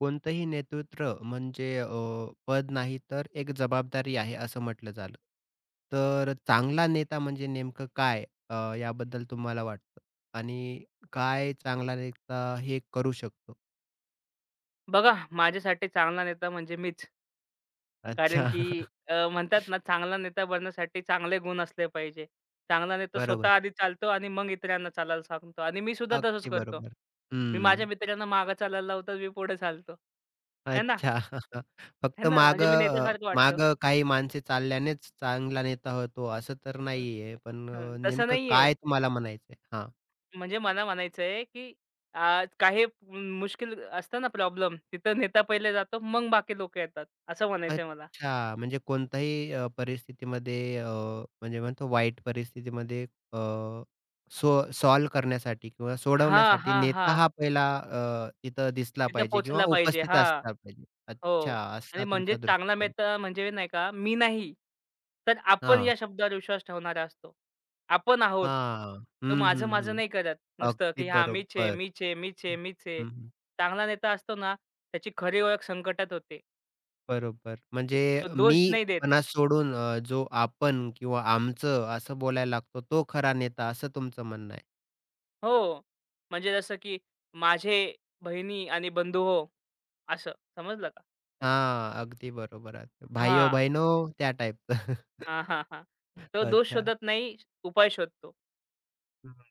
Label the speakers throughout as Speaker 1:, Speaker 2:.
Speaker 1: कोणतंही नेतृत्व म्हणजे पद नाही तर एक जबाबदारी आहे असं म्हटलं झालं. तर चांगला नेता म्हणजे नेमकं काय अ, याबद्दल तुम्हाला वाटतं? आणि काय चांगला नेता हे करू शकतो?
Speaker 2: बघा, माझ्यासाठी चांगला नेता म्हणजे मीच. कारण
Speaker 1: अच्छा.
Speaker 2: की म्हणतात ना, चांगला नेता बनण्यासाठी चांगले गुण असले पाहिजे. चांगला नेता स्वतः
Speaker 1: बरोबर.
Speaker 2: आधी चालतो आणि मग इतरांना चालायला सांगतो आणि मी सुद्धा तसंच
Speaker 1: अगदी
Speaker 2: करतो.
Speaker 1: बरोबर.
Speaker 2: मी
Speaker 1: हं.
Speaker 2: माझ्या मित्रांना मागं चालायला लावतो, मी पुढे चालतो. है ना?
Speaker 1: अच्छा.
Speaker 2: है
Speaker 1: फक्त
Speaker 2: ना?
Speaker 1: माग
Speaker 2: म्हणजे मी नेत्यासारखं वाटतो.
Speaker 1: अ, काही माणसे चालल्यानेच चांगला नेता होतो असं तर
Speaker 2: हं,
Speaker 1: नाहीये. पण
Speaker 2: तसं
Speaker 1: नेमकं
Speaker 2: नाहीये.
Speaker 1: काय तुम्हाला म्हणायचंय? हां.
Speaker 2: म्हणजे मला म्हणायचं की काही मुश्किल असतं ना प्रॉब्लेम, तिथं नेता पहिले जातो, मग बाकी लोकं येतात, असं म्हणायचं मला.
Speaker 1: अच्छा. म्हणजे कोणत्याही परिस्थितीमध्ये म्हणजे म्हणतो वाईट परिस्थितीमध्ये अ, सो सॉल्व्ह करण्यासाठी किंवा
Speaker 2: हां,
Speaker 1: सोडवण्यासाठी
Speaker 2: हां,
Speaker 1: नेता
Speaker 2: हां.
Speaker 1: हा पहिला तिथं दिसला
Speaker 2: तिथे
Speaker 1: पाहिजे किंवा
Speaker 2: पोहोचला पाहिजे.
Speaker 1: उपस्थित
Speaker 2: हा,
Speaker 1: असला पाहिजे. अच्छा,
Speaker 2: हो. आणि
Speaker 1: असा
Speaker 2: म्हणजे
Speaker 1: तुमचा
Speaker 2: चांगला
Speaker 1: दृष्टिकोन.
Speaker 2: मित्र म्हणजे नाही का, मी नाही, तर आपण
Speaker 1: हां,
Speaker 2: या शब्दावर विश्वास ठेवणारा असतो. आपण आहोत.
Speaker 1: हां.
Speaker 2: तो
Speaker 1: हं, हं, हं.
Speaker 2: माझं-माझं नाही करत. नुसतं
Speaker 1: अगदी
Speaker 2: की हां, मीच आहे,
Speaker 1: बरोबर.
Speaker 2: मीच आहे, मीच आहे, मीच आहे.
Speaker 1: हं, हं.
Speaker 2: चांगला नेता असतो ना, त्याची खरी ओळख संकटात होते.
Speaker 1: बरोबर. म्हणजे
Speaker 2: तो दोष नाही देत.
Speaker 1: मीपणा सोडून जो आपण किंवा आमचं असं बोलायला लागतो तो खरा नेता असं तुमचं म्हणणं आहे.
Speaker 2: हो. म्हणजे जसं की माझे बहिणी आणि बंधू हो, असं समजलं का?
Speaker 1: हां, अगदी बरोबर आहे.
Speaker 2: हां.
Speaker 1: भाइयो-बहिणो त्या टाइपचं.
Speaker 2: हां, हां, हां. तो दोष
Speaker 1: अच्छा.
Speaker 2: शोधत नाही, उपाय शोधतो.
Speaker 1: हं.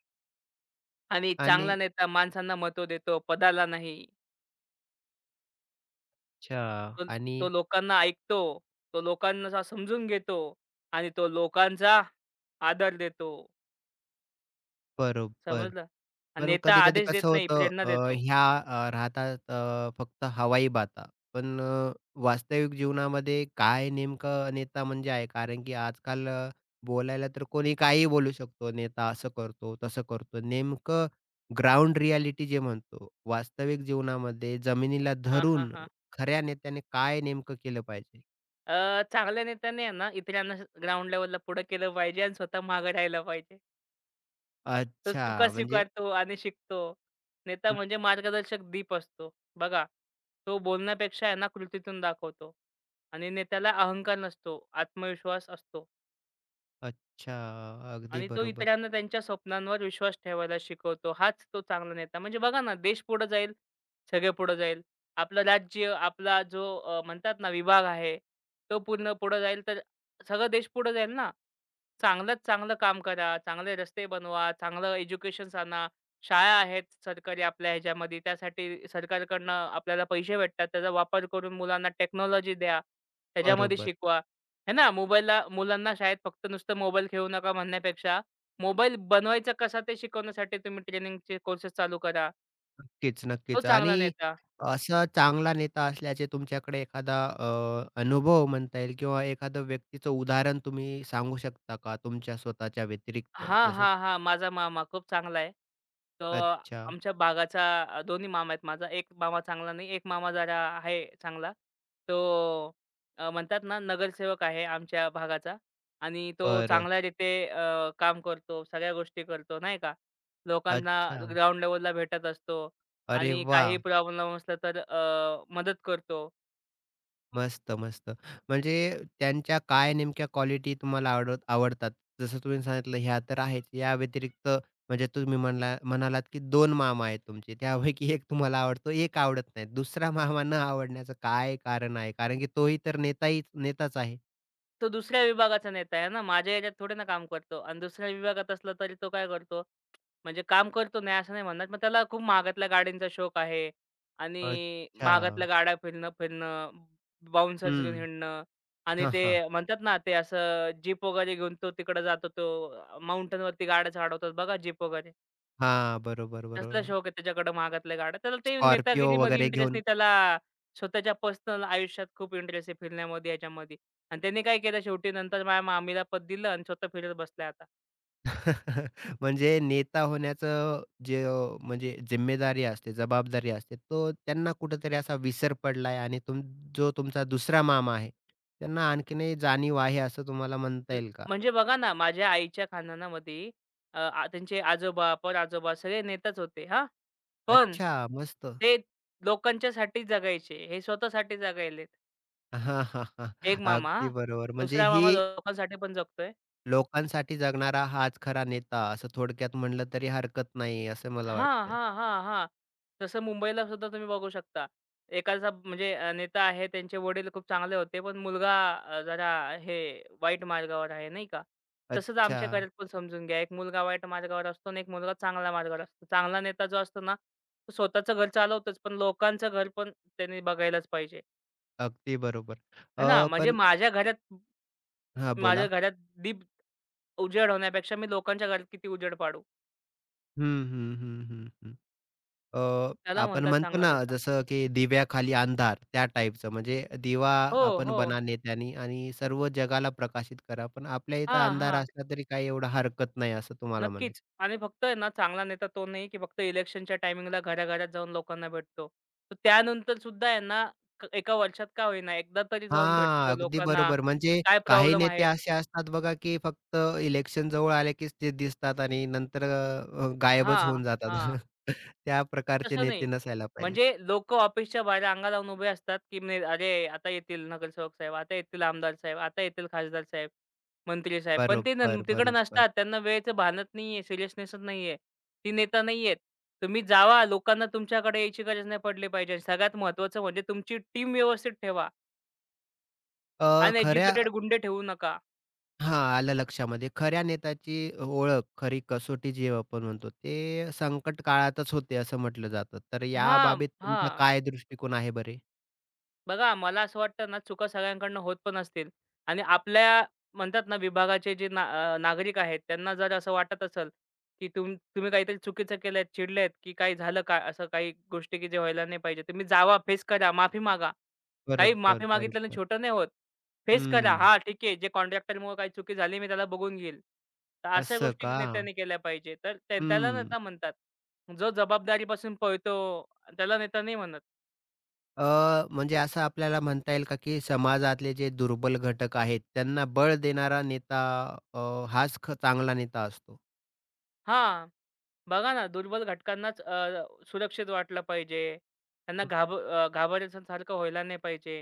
Speaker 2: आणि चांगला
Speaker 1: आणि
Speaker 2: नेता माणसांना महत्त्व देतो, पदाला नाही.
Speaker 1: अच्छा
Speaker 2: तो
Speaker 1: आणि
Speaker 2: तो लोकांना ऐकतो, तो लोकांना समजून घेतो आणि तो लोकांचा आदर देतो.
Speaker 1: बरोबर.
Speaker 2: समजलं? आणि
Speaker 1: पण
Speaker 2: नेता
Speaker 1: कधी-कधी
Speaker 2: आदेश देत
Speaker 1: कसं
Speaker 2: नाही,
Speaker 1: होतं
Speaker 2: प्रेरणा देतो.
Speaker 1: ह्या राहतात फक्त हवाई बाता. पण वास्तविक जीवनामध्ये काय नेमकं नेता म्हणजे आहे? कारण की आजकाल बोलायला तर कोणी काहीही बोलू शकतो. नेता असं करतो, तसं करतो. नेमकं ग्राउंड रिॲलिटी जे म्हणतो, वास्तविक जीवनामध्ये जमिनीला
Speaker 2: हां, हां,
Speaker 1: धरून
Speaker 2: हां.
Speaker 1: खऱ्या नेत्याने काय नेमकं केलं पाहिजे?
Speaker 2: चांगल्या नेत्याने आहे ना, इतरांना ग्राउंड लेव्हलला पुढं केलं पाहिजे आणि स्वतः मागं राहिलं पाहिजे. तो चुका
Speaker 1: अच्छा, म्हणजे
Speaker 2: स्वीकारतो आणि शिकतो. नेता
Speaker 1: हं,
Speaker 2: म्हणजे मार्गदर्शक दीप असतो. बघा, तो बोलण्यापेक्षा आहे ना कृतीतून दाखवतो आणि नेत्याला अहंकार नसतो, आत्मविश्वास असतो.
Speaker 1: अच्छा. अगदी
Speaker 2: आणि तो
Speaker 1: बरोबर.
Speaker 2: इतरांना त्यांच्या स्वप्नांवर विश्वास ठेवायला शिकवतो. हाच तो चांगला नेता. म्हणजे बघा ना, देश पुढे जाईल, सगळे पुढे जाईल. आपलं राज्य, आपला जो म्हणतात ना विभाग आहे, तो पूर्ण पुढे जाईल, तर सगळा देश पुढे जाईल ना. चांगल्यात चांगलं काम करा, चांगले रस्ते बनवा, चांगलं एज्युकेशन्स आणा. शाळा आहेत सरकारी आपल्या ह्याच्यामध्ये, त्यासाठी सरकारकडनं आपल्याला पैसे भेटतात. त्याचा वापर करून मुलांना टेक्नॉलॉजी द्या, त्याच्यामध्ये
Speaker 1: बरोबर.
Speaker 2: शिकवा. आहे ना, मोबाईलला मुलांना शाळेत फक्त नुसतं मोबाईल खेळू नका म्हणण्यापेक्षा, मोबाईल बनवायचा कसा ते शिकवण्यासाठी तुम्ही ट्रेनिंगचे कोर्सेस चालू करा.
Speaker 1: नक्कीच,
Speaker 2: तो
Speaker 1: नक्कीच.
Speaker 2: चांगला
Speaker 1: आणि
Speaker 2: नेता.
Speaker 1: असा चांगला नेता असल्याचे तुमच्याकडे एखादा अनुभव म्हणता येईल किंवा एखादं व्यक्तीचं उदाहरण तुम्ही सांगू शकता का तुमच्या स्वतःच्या व्यतिरिक्त?
Speaker 2: हां,
Speaker 1: जसं
Speaker 2: हां, हां. माझा मामा खूप चांगला आहे. तो
Speaker 1: अच्छा.
Speaker 2: आमच्या भागाचा दोन्ही मामा आहेत माझा. एक मामा चांगला नाही, एक मामा जरा आहे चांगला. तो म्हणतात ना नगरसेवक आहे आमच्या भागाचा आणि तो
Speaker 1: बरं.
Speaker 2: चांगल्या रीते काम करतो, सगळ्या गोष्टी करतो नाही का. लोकांना
Speaker 1: अच्छा.
Speaker 2: ग्राउंड लेव्हलला भेटत असतो
Speaker 1: अरे
Speaker 2: आणि काही
Speaker 1: वाह!
Speaker 2: प्रॉब्लेम असला तर मदत करतो.
Speaker 1: मस्त, मस्त. म्हणजे त्यांच्या काय नेमक्या क्वालिटी तुम्हाला आवडतात? जसं तुम्ही सांगितलं ह्या तर आहेत. या व्यतिरिक्त म्हणजे तुम्ही म्हणालात, की 2 मामा आहेत तुमचे. त्यापैकी एक तुम्हाला आवडतो, एक आवडत नाही. दुसरा मामा न आवडण्याचं काय कारण आहे? कारण की तोही तर नेताच आहे.
Speaker 2: तो दुसऱ्या विभागाचा नेता आहे ना. माझ्या एरियात थोडे ना काम करतो आणि दुसऱ्या विभागात असला तरी तो काय करतो, म्हणजे काम करतो नाही असं नाही म्हणणार. मग त्याला खूप महागातल्या गाड्यांचा शौक आहे आणि
Speaker 1: अच्छा.
Speaker 2: महागातल्या गाड्या फिरणं फिरणं, बाउन्सर्स घेऊन
Speaker 1: हं.
Speaker 2: हिंडणं आणि
Speaker 1: हां,
Speaker 2: ते
Speaker 1: हां.
Speaker 2: म्हणतात ना, ते असं जीप वगैरे घेऊन तो तिकडे जातो. तो माउंटेनवरती गाड्या चढवतात बघा जीप वगैरे.
Speaker 1: हां. बरोबर,
Speaker 2: तसला
Speaker 1: बरोबर.
Speaker 2: शौक आहे त्याच्याकडे महागातल्या गाड्या. त्याला ते
Speaker 1: स्कॉर्पिओ
Speaker 2: नेतागिरीमध्ये
Speaker 1: वगैरे
Speaker 2: इंटरेस्ट
Speaker 1: घेऊन
Speaker 2: नाही. त्याला स्वतःच्या पर्सनल आयुष्यात खूप इंटरेस्ट आहे फिरण्यामध्ये, याच्यामध्ये. आणि त्यांनी काय केलं शेवटी नंतर माझ्या मामीला पद दिलं आणि स्वतः फिरत बसल्या आता.
Speaker 1: म्हणजे नेता होण्याचं जे म्हणजे जिम्मेदारी असते, जबाबदारी असते, तो त्यांना कुठेतरी असा विसर पडलाय आणि जो तुमचा दुसरा मामा आहे, त्यांना आणखीनही जाणीव आहे असं तुम्हाला म्हणता
Speaker 2: न
Speaker 1: येईल का?
Speaker 2: म्हणजे बघा ना, माझ्या आईच्या खानदानामध्ये अ, आ त्यांचे आजोबा, पर आजोबा सगळे नेताच होते हां. हो. पण
Speaker 1: अच्छा, मस्त.
Speaker 2: ते लोकांच्यासाठी जगायचे. हे स्वतःसाठी जगायलेत.
Speaker 1: हां, हां, हां.
Speaker 2: एक मामा हां,
Speaker 1: अगदी बरोबर. म्हणजे
Speaker 2: दुसरा
Speaker 1: ही
Speaker 2: मामा लोकांसाठी पण जगतोय.
Speaker 1: लोकांसाठी जगणारा हाच खरा नेता असं थोडक्यात म्हणलं तरी हरकत नाही असं मला
Speaker 2: हां,
Speaker 1: वाटतंय.
Speaker 2: हां, हां, हां. तसं मुंबईला सुद्धा तुम्ही बघू शकता. एकाचा म्हणजे नेता आहे, त्यांचे वडील खूप चांगले होते, पण मुलगा जरा हे वाईट मार्गावर आहे, नाही का? तसंच
Speaker 1: अच्छा,
Speaker 2: आमच्याकडे पण समजून घ्या, एक मुलगा वाईट मार्गावर असतो आणि एक मुलगा चांगल्या मार्गावर असतो. चांगला नेता जो असतो ना, तो स्वतःचं घर चालवतोच, पण लोकांचं घर पण त्यांनी बघायलाच पाहिजे.
Speaker 1: अगदी बरोबर.
Speaker 2: है ना? म्हणजे
Speaker 1: पण
Speaker 2: माझ्या घरात
Speaker 1: हां,
Speaker 2: माझ्या
Speaker 1: बोला.
Speaker 2: घरात दीप उजेड होण्यापेक्षा मी लोकांच्या घरात किती उजेड पाडू,
Speaker 1: हं, हं, हं, हं, हं. अ,
Speaker 2: त्याला
Speaker 1: आपण
Speaker 2: म्हणतात
Speaker 1: म्हणतो
Speaker 2: चांगला
Speaker 1: ना,
Speaker 2: नेता.
Speaker 1: जसं की दिव्याखाली अंधार त्या टाईपचं. म्हणजे दिवा
Speaker 2: हो,
Speaker 1: आपण
Speaker 2: हो.
Speaker 1: बना नेत्यानी आणि सर्व जगाला प्रकाशित करा. पण आपल्या इथं
Speaker 2: हां,
Speaker 1: अंधार
Speaker 2: हां.
Speaker 1: असला तरी काही एवढं हरकत नाही असं तुम्हाला म्हणायचं.
Speaker 2: नक्कीच. आणि फक्त आहे ना चांगला नेता तो नाही, की फक्त इलेक्शनच्या टायमिंगला घराघरात जाऊन लोकांना भेटतो. तर त्यानंतर सुद्धा आहे ना एका वर्षात का होईना एकदा तरी जाऊन
Speaker 1: हां,
Speaker 2: भेटतो
Speaker 1: अगदी
Speaker 2: लोकांना.
Speaker 1: बरोबर. म्हणजे
Speaker 2: काय
Speaker 1: काही
Speaker 2: प्रॉब्लेम
Speaker 1: नेते
Speaker 2: आहे
Speaker 1: असे असतात बघा, की फक्त इलेक्शन जवळ आले कीच ते दिसतात आणि नंतर गायबच
Speaker 2: हां,
Speaker 1: होऊन जातात.
Speaker 2: हां.
Speaker 1: त्या
Speaker 2: तर
Speaker 1: प्रकारचे
Speaker 2: तसं
Speaker 1: नेते
Speaker 2: नाही.
Speaker 1: नसायला पाहिजेत.
Speaker 2: म्हणजे लोकं ऑफिसच्या बाहेर अंगा लावून उभे असतात, की नाही अरे, आता येतील नगरसेवक साहेब, आता येतील आमदार साहेब, आता येतील खासदार साहेब, मंत्री साहेब. पण ते न
Speaker 1: बरोबर,
Speaker 2: तिकडे
Speaker 1: बरोबर.
Speaker 2: नसतात. त्यांना वेळेचं भानच नाहीये, सिरियसनेसच नाहीये. ते नेता नाहीयेत. तुम्ही जावा, लोकांना तुमच्याकडे यायची गरज नाही पडली पाहिजे. सगळ्यात महत्त्वाचं म्हणजे तुमची टीम व्यवस्थित ठेवा.
Speaker 1: अ, खऱ्या
Speaker 2: अनएज्युकेटेड गुंडे ठेवू नका.
Speaker 1: हां, आलं लक्षामध्ये. खऱ्या नेत्याची ओळख, खरी कसोटी जी आपण म्हणतो, ते संकट काळातच होते असं म्हटलं जातं. तर या
Speaker 2: हां,
Speaker 1: बाबतीत तुमचा
Speaker 2: हां.
Speaker 1: काय दृष्टिकोन आहे बरे?
Speaker 2: बघा मला असं वाटतं ना, चुका सगळ्यांकडनं होत पण असतील आणि आपल्या म्हणतात ना, विभागाचे जे ना नागरिक आहेत, त्यांना जर असं वाटत असेल, की तुम्ही काहीतरी चुकीचं केलंय, चिडलेत, की काही झालं का? असं काही गोष्टी की जे व्हायला नाही पाहिजे. तुम्ही जावा, फेस करा, माफी मागा. काही
Speaker 1: बरोबर,
Speaker 2: माफी मागितल्याने
Speaker 1: बरोबर.
Speaker 2: छोटं नाही होत. फेस करा.
Speaker 1: हं.
Speaker 2: हां, ठीक आहे. जे कॉन्ट्रॅक्टरमुळे काही चुकी झाली, मी त्याला बघून घेईल. तर अशा
Speaker 1: असं
Speaker 2: गोष्टी
Speaker 1: का?
Speaker 2: नेत्यांनी केल्या पाहिजे. तर त्याला
Speaker 1: हं.
Speaker 2: नेता म्हणतात. जो जबाबदारीपासून पळतो, त्याला नेता नाही म्हणत.
Speaker 1: अ, म्हणजे असं आपल्याला म्हणता येईल का, की समाजातले जे दुर्बल घटक आहेत, त्यांना बळ देणारा नेता हाच चांगला नेता असतो.
Speaker 2: हां. बघा ना, दुर्बल घटकांनाच सुरक्षित वाटलं पाहिजे. त्यांना
Speaker 1: हं,
Speaker 2: घाबरल्यासारखं व्हायला नाही पाहिजे.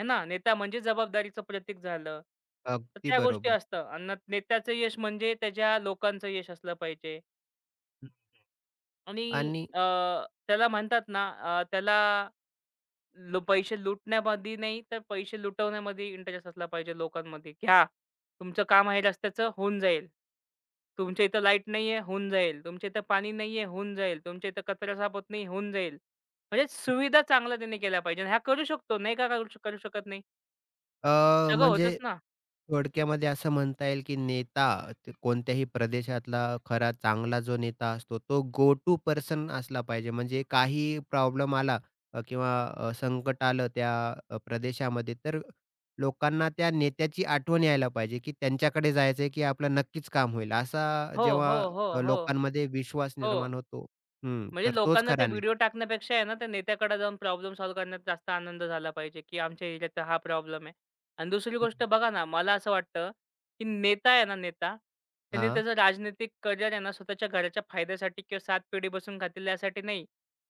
Speaker 2: है ना? नेता म्हणजे जबाबदारीचं प्रतीक झालं. तर
Speaker 1: अगदी
Speaker 2: त्या गोष्टी
Speaker 1: बरोबर.
Speaker 2: असतं आणि नेत्याचं यश म्हणजे त्याच्या लोकांचं यश असलं पाहिजे आणि
Speaker 1: आणि
Speaker 2: अ, त्याला म्हणतात ना, त्याला पैसे लुटण्यामध्ये नाही, तर पैसे लुटवण्यामध्ये इंटरेस्ट असला पाहिजे लोकांमध्ये. घ्या. तुमचं काम आहे रस्त्याचं, होऊन जाईल. तुमच्या इथं लाईट नाहीये, होऊन जाईल. तुमच्या इथं पाणी नाहीये, होऊन जाईल. तुमच्या इथं कचरा साफ होत नाही, होऊन जाईल. म्हणजे सुविधा चांगल्या त्यांनी केल्या पाहिजे. ह्या करू शकतो. नाही का करू शकत नाही.
Speaker 1: अ,
Speaker 2: सगळं होतच
Speaker 1: म्हणजे
Speaker 2: ना.
Speaker 1: थोडक्यामध्ये असं म्हणता येईल, की नेता ते कोणत्याही प्रदेशातला खरा चांगला जो नेता असतो, तो गो टू पर्सन असला पाहिजे. म्हणजे काहीही प्रॉब्लेम आला किंवा संकट आलं त्या प्रदेशामध्ये, तर लोकांना त्या नेत्याची आठवण यायला पाहिजे, की त्यांच्याकडे जायचं आहे, की आपलं नक्कीच काम होईल. असा
Speaker 2: हो,
Speaker 1: जेव्हा
Speaker 2: हो, हो, हो,
Speaker 1: लोकांमध्ये विश्वास
Speaker 2: हो.
Speaker 1: निर्माण होतो हं,
Speaker 2: म्हणजे
Speaker 1: तर तोच
Speaker 2: लोकांना ते
Speaker 1: खरा नेता.
Speaker 2: व्हिडिओ टाकण्यापेक्षा आहे ना, त्या नेत्याकडे जाऊन प्रॉब्लेम सॉल्व्ह करण्यात जास्त आनंद झाला पाहिजे, की आमच्या एरियाचा हा प्रॉब्लेम आहे. आणि दुसरी गोष्ट बघा ना, मला असं वाटतं, की नेता आहे ना नेता, त्यांनी
Speaker 1: हां,
Speaker 2: त्याचं राजनैतिक करिअर आहे ना, स्वतःच्या घराच्या फायद्यासाठी किंवा 7 पिढी बसून खातील यासाठी नाही,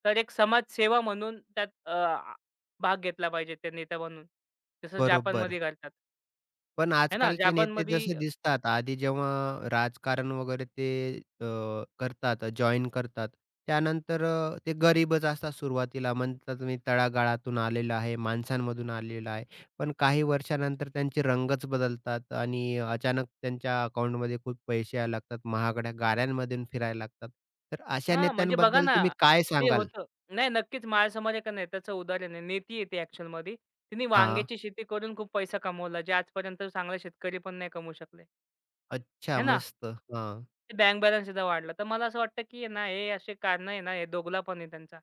Speaker 2: तर एक समाजसेवा म्हणून त्यात अ, आ भाग घेतला पाहिजे ते नेता बनून. जसं
Speaker 1: बरोबर.
Speaker 2: जपानमध्ये करतात.
Speaker 1: पण
Speaker 2: आहे ना,
Speaker 1: आजकालचे नेते
Speaker 2: जपानमध्ये
Speaker 1: जसे दिसतात, आधी जेव्हा राजकारण वगैरे ते अ, करतात, जॉइन करतात. त्यानंतर ते गरीबच असतात सुरुवातीला. म्हणतात मी तळागाळातून आलेला आहे, माणसांमधून आलेला आहे. पण काही वर्षानंतर त्यांचे रंगच बदलतात आणि अचानक त्यांच्या अकाउंटमध्ये खूप पैसे यायला लागतात. महागड्या गाड्यांमधून फिरायला लागतात. तर अशा
Speaker 2: हां, म्हणजे बघा
Speaker 1: नेत्यांबद्दल
Speaker 2: ना,
Speaker 1: तुम्ही काय
Speaker 2: ते
Speaker 1: सांगाल?
Speaker 2: होतं. नाही नक्कीच माझ्यासमोर एक नाही त्याचं उदाहरण आहे. नेती आहे ती ॲक्चुअलमध्ये. तिने
Speaker 1: हां.
Speaker 2: वांग्याची शेती करून खूप पैसा कमवला, जे आजपर्यंत चांगला शेतकरी पण नाही कमवू शकले.
Speaker 1: अच्छा,
Speaker 2: है ना?
Speaker 1: मस्त. हां.
Speaker 2: ते बँक बॅलन्स सुद्धा वाढला. तर मला असं वाटतं, की आहे ना, हे असे कारणं आहे ना, हे दोघलापण आहे त्यांचा.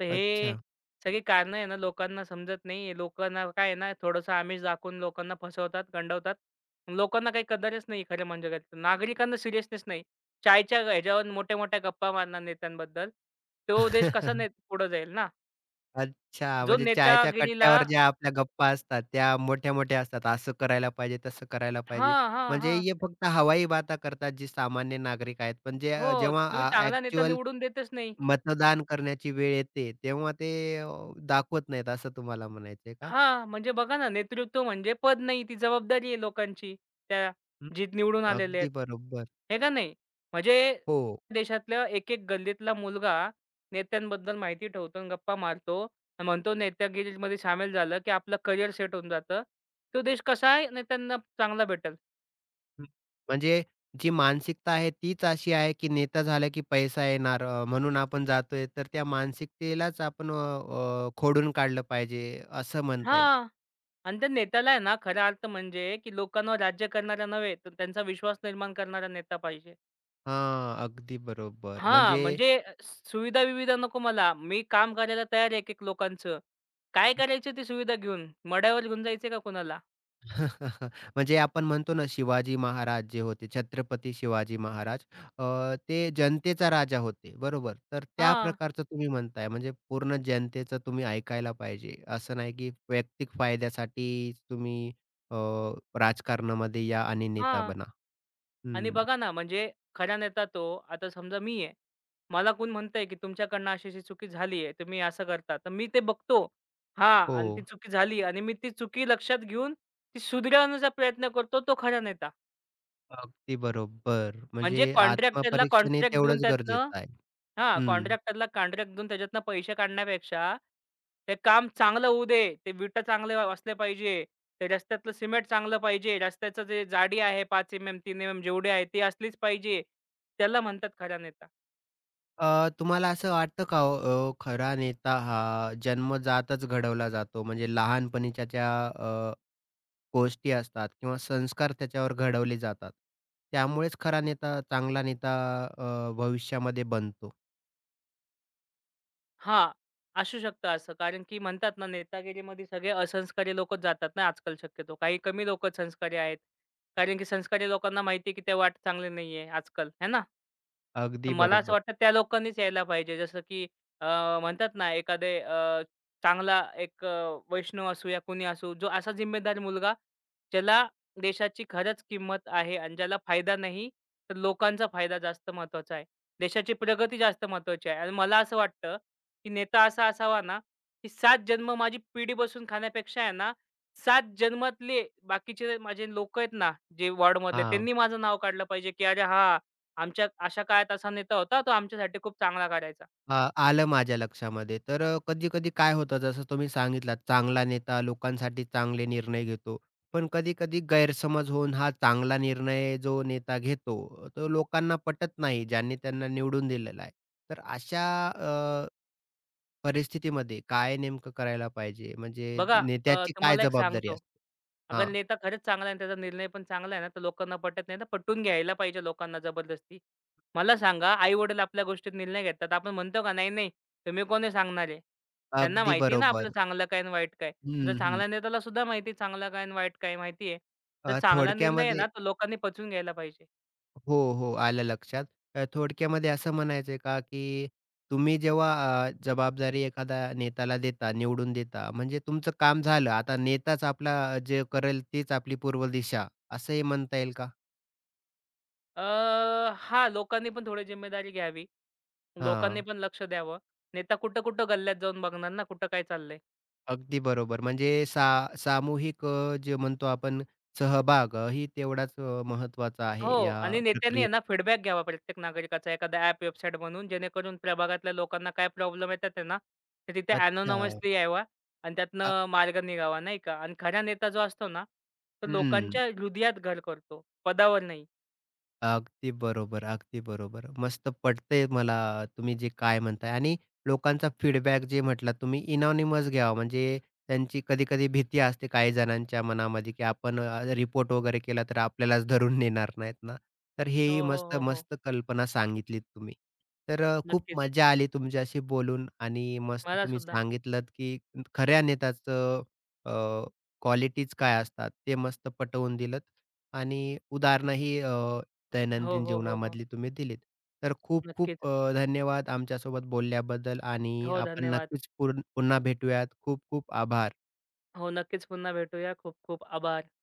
Speaker 2: तर हे
Speaker 1: अच्छा.
Speaker 2: सगळी कारणं आहे ना, लोकांना समजत नाही. लोकांना काय आहे ना, थोडंसं आमिष दाखवून लोकांना फसवतात, गंडवतात. लोकांना काही कदरच नाही खरं म्हणजे काय. नागरिकांना सिरियसनेस नाही. चायच्या ह्याच्यावर मोठ्या-मोठ्या गप्पा मारणार नेत्यांबद्दल. तो देश कसा पुढे जाईल ना.
Speaker 1: अच्छा,
Speaker 2: जो
Speaker 1: म्हणजे चायच्या
Speaker 2: नेतागिरीला
Speaker 1: कट्ट्यावर ज्या आपल्या गप्पा असतात, त्या मोठ्या-मोठ्या असतात. असं करायला पाहिजे, तसं करायला
Speaker 2: हां,
Speaker 1: पाहिजे.
Speaker 2: हा
Speaker 1: म्हणजे
Speaker 2: हा
Speaker 1: हे फक्त हवाई बाता करतात जी सामान्य नागरिक आहेत. पण जे
Speaker 2: हो.
Speaker 1: जेव्हा
Speaker 2: तुम्ही चांगला नेता
Speaker 1: ॲक्चुअल
Speaker 2: निवडून देतच नाही.
Speaker 1: मतदान करण्याची वेळ येते, तेव्हा ते अ, दाखवत नाहीत असं तुम्हाला म्हणायचंय का?
Speaker 2: हां, म्हणजे बघा ना, नेतृत्व म्हणजे पद नाही, ती जबाबदारी आहे लोकांची, त्या
Speaker 1: हं,
Speaker 2: जे निवडून आलेले आहेत.
Speaker 1: अगदी बरोबर.
Speaker 2: हे का नाही? म्हणजे
Speaker 1: हो,
Speaker 2: देशातल्या एक-एक गल्लीतला मुलगा नेत्यांबद्दल माहिती ठेवतो आणि गप्पा मारतो आणि म्हणतो नेत्यागिरीमध्ये सामील झालं, की आपलं करिअर सेट होऊन जातं. तो देश कसा आहे नेत्यांना चांगला भेटेल.
Speaker 1: हं. म्हणजे जी मानसिकता आहे तीच अशी आहे, की नेता झाला की पैसा येणार म्हणून आपण जातोय. तर त्या मानसिकतेलाच आपण अ, अ, खोडून काढलं पाहिजे असं म्हणता येईल.
Speaker 2: हां. आणि त्या नेत्याला आहे ना खरा अर्थ म्हणजे, की लोकांवर राज्य करणारा नव्हे, तर त्यांचा विश्वास निर्माण करणारा नेता पाहिजे.
Speaker 1: हां, अगदी बरोबर.
Speaker 2: हां,
Speaker 1: म्हणजे
Speaker 2: म्हणजे सुविधा-विविधा नको मला. मी काम करायला तयार आहे एक-एक लोकांचं. काय करायचं ती सुविधा घेऊन? मड्यावर घेऊन जायचंय का कुणाला?
Speaker 1: म्हणजे आपण म्हणतो ना, शिवाजी महाराज जे होते, छत्रपती शिवाजी महाराज ते जनतेचा राजा होते, बरोबर? तर त्या
Speaker 2: हां,
Speaker 1: प्रकारचं तुम्ही म्हणताय, म्हणजे पूर्ण जनतेचं तुम्ही ऐकायला पाहिजे. असं नाही की वैयक्तिक फायद्यासाठी तुम्ही अ, राजकारणामध्ये या आणि नेता
Speaker 2: हां.
Speaker 1: बना.
Speaker 2: आणि
Speaker 1: हं,
Speaker 2: बघा ना, म्हणजे खरा नेता तो, आता समजा मी आहे. मला कोण म्हणतंय की तुमच्याकडनं अशी-अशी चुकी झाली आहे, तुम्ही असं करता. तर मी ते बघतो. हां
Speaker 1: हो,
Speaker 2: आणि ती चुकी झाली आणि मी ती चुकी लक्षात घेऊन ती सुधारवण्याचा प्रयत्न करतो, तो खरा नेता.
Speaker 1: अगदी बरोबर. म्हणजे
Speaker 2: म्हणजे कॉन्ट्रॅक्टरला
Speaker 1: आत्मपरीक्षण हे
Speaker 2: कॉन्ट्रॅक्ट देऊन
Speaker 1: तेवढंच
Speaker 2: त्यातनं
Speaker 1: गरजेचं आहे.
Speaker 2: हां,
Speaker 1: हं.
Speaker 2: कॉन्ट्रॅक्टरला कॉन्ट्रॅक्ट देऊन त्याच्यातनं पैसे काढण्यापेक्षा ते काम चांगलं होऊ दे. ते विटा असले पाहिजे. ते रस्त्यातलं सिमेंट चांगलं पाहिजे. रस्त्याचं जे जाडी आहे 5 एम-एम, 3 एम-एम जेवढी आहे ती असलीच पाहिजे. त्याला म्हणतात खरा नेता.
Speaker 1: तुम्हाला असं वाटतं का हो, खरा नेता हा जन्मजातच घडवला जातो? म्हणजे लहानपणीच्या ज्या गोष्टी असतात किंवा संस्कार त्याच्यावर घडवले जातात. त्यामुळेच खरा नेता, चांगला नेता भविष्यामध्ये बनतो.
Speaker 2: हां, असू शकतं असं. कारण की म्हणतात ना नेतागिरीमध्ये सगळे असंस्कारी लोकच जातात ना आजकाल शक्यतो. काही कमी लोकच संस्कारी आहेत. कारण की संस्कारी लोकांना माहिती आहे की ते वाट चांगली नाहीये आजकाल, है ना?
Speaker 1: अगदी
Speaker 2: मला असं
Speaker 1: बरोबर.
Speaker 2: वाटतं त्या लोकांनीच यायला पाहिजे. जसं की अ, म्हणतात ना एखादे चांगला एक वैष्णव असू या कोणी असू, जो असा जिम्मेदार मुलगा ज्याला देशाची खरंच किंमत आहे आणि ज्याला फायदा नाही, तर लोकांचा फायदा जास्त महत्त्वाचा आहे. देशाची प्रगती जास्त महत्त्वाची आहे. आणि मला असं वाटतं, की नेता असा असावा ना, की 7 जन्म माझी पिढी बसून खाण्यापेक्षा आहे ना, 7 जन्मातले बाकीचे माझे लोकं आहेत ना, जे वॉर्डमधले
Speaker 1: हां.
Speaker 2: त्यांनी माझं नाव काढलं पाहिजे, की "अरे हां, आमच्या अशा काळात असा नेता होता, तो आमच्यासाठी खूप चांगला करायचा."
Speaker 1: हां, आलं माझ्या लक्षामध्ये. तर कधी-कधी काय होतं जसं तुम्ही सांगितलात चांगला नेता लोकांसाठी चांगले निर्णय घेतो. पण कधी-कधी गैरसमज होऊन हा चांगला निर्णय जो नेता घेतो, तो लोकांना पटत नाही ज्यांनी त्यांना निवडून दिलेला आहे. तर अशा परिस्थितीमध्ये काय नेमकं करायला पाहिजे? म्हणजे
Speaker 2: बघा
Speaker 1: नेत्याची काय
Speaker 2: तुम्हाला एक
Speaker 1: जबाबदारी
Speaker 2: सांगतो,
Speaker 1: असते?
Speaker 2: अगर
Speaker 1: हां,
Speaker 2: नेता खरंच चांगला आहे आणि त्याचा निर्णय पण चांगला आहे ना, तर लोकांना पटत नाही ना, पटवून घ्यायला पाहिजे लोकांना जबरदस्ती. मला सांगा, आई-वडील आपल्या गोष्टीत निर्णय घेतात. आपण म्हणतो का, "नाही, नाही, तुम्ही कोण आहे?" त्यांना
Speaker 1: अगदी
Speaker 2: माहिती आहे ना आपलं
Speaker 1: बरोबर.
Speaker 2: चांगलं काय आणि वाईट काय. जर
Speaker 1: हं, हं.
Speaker 2: चांगल्या नेत्याला सुद्धा माहिती आहे चांगलं काय आणि वाईट काय माहिती आहे. तर चांगला निर्णय आहे
Speaker 1: थोडक्यामध्ये
Speaker 2: ना, तो लोकांनी पचवून घ्यायला पाहिजे.
Speaker 1: हो, हो. आलं लक्षात. थोडक्यामध्ये असं म्हणायचंय का, की तुम्ही जेव्हा जबाबदारी एखाद्या नेत्याला देता, निवडून देता, म्हणजे तुमचं काम झालं. आता नेताच आपला जे करेल तीच आपली पूर्व दिशा, असंही म्हणता येईल का?
Speaker 2: अ, हां, लोकांनी पण थोडी जिम्मेदारी घ्यावी. लोकांनी
Speaker 1: हां,
Speaker 2: पण लक्ष द्यावं. नेता कुठं-कुठं गल्ल्यात जाऊन बघणार ना, कुठं काय चाललंय.
Speaker 1: अगदी बरोबर. म्हणजे सामूहिक जे म्हणतो आपण सहभाग ही तेवढाच महत्त्वाचा
Speaker 2: हो
Speaker 1: आहे या
Speaker 2: आणि नेत्यांनी आहे
Speaker 1: प्रक्रियेत.
Speaker 2: ना फीडबॅक घ्यावा प्रत्येक नागरिकाचा एखादा ॲप, वेबसाईट बनवून जेणेकरून प्रभागातल्या लोकांना काय प्रॉब्लेम येतात आहे ना, तर तिथे
Speaker 1: अच्छा.
Speaker 2: एनोनमसली यावा आणि
Speaker 1: अ,
Speaker 2: त्यातनं मार्ग निघावा, नाही का? आणि खरा नेता जो असतो ना, तो
Speaker 1: हं.
Speaker 2: लोकांच्या हृदयात घर करतो, पदावर नाही.
Speaker 1: अगदी बरोबर, अगदी बरोबर. मस्त पटतंय मला तुम्ही जे काय म्हणताय आणि लोकांचा फीडबॅक जे म्हटलात तुम्ही एनॉनिमस घ्यावा म्हणजे त्यांची कधी-कधी भीती असते काही जणांच्या मनामध्ये, की आपण रिपोर्ट वगैरे केला तर आपल्यालाच धरून नेणार नाहीत ना. तर
Speaker 2: हो,
Speaker 1: हेही
Speaker 2: हो,
Speaker 1: मस्त,
Speaker 2: हो, हो.
Speaker 1: मस्त कल्पना सांगितलीत तुम्ही. तर खूप
Speaker 2: नक्कीच.
Speaker 1: मजा आली तुमच्याशी बोलून आणि मस्त
Speaker 2: मला
Speaker 1: तुम्ही
Speaker 2: सुद्धा.
Speaker 1: सांगितलत, की खऱ्या नेत्याचं क्वालिटीज काय असतात ते मस्त पटवून दिलत आणि उदाहरणंही
Speaker 2: हो,
Speaker 1: दैनंदिन
Speaker 2: हो, हो, हो.
Speaker 1: जीवनामधली तुम्ही दिलीत. तर
Speaker 2: नक्कीच.
Speaker 1: खूप-खूप धन्यवाद आमच्यासोबत बोलल्याबद्दल आणि
Speaker 2: हो,
Speaker 1: आपण
Speaker 2: धन्यवाद.
Speaker 1: नक्कीच पुन्हा भेटूयात. खूप-खूप आभार.
Speaker 2: हो, नक्कीच पुन्हा भेटूया. खूप खूप आभार.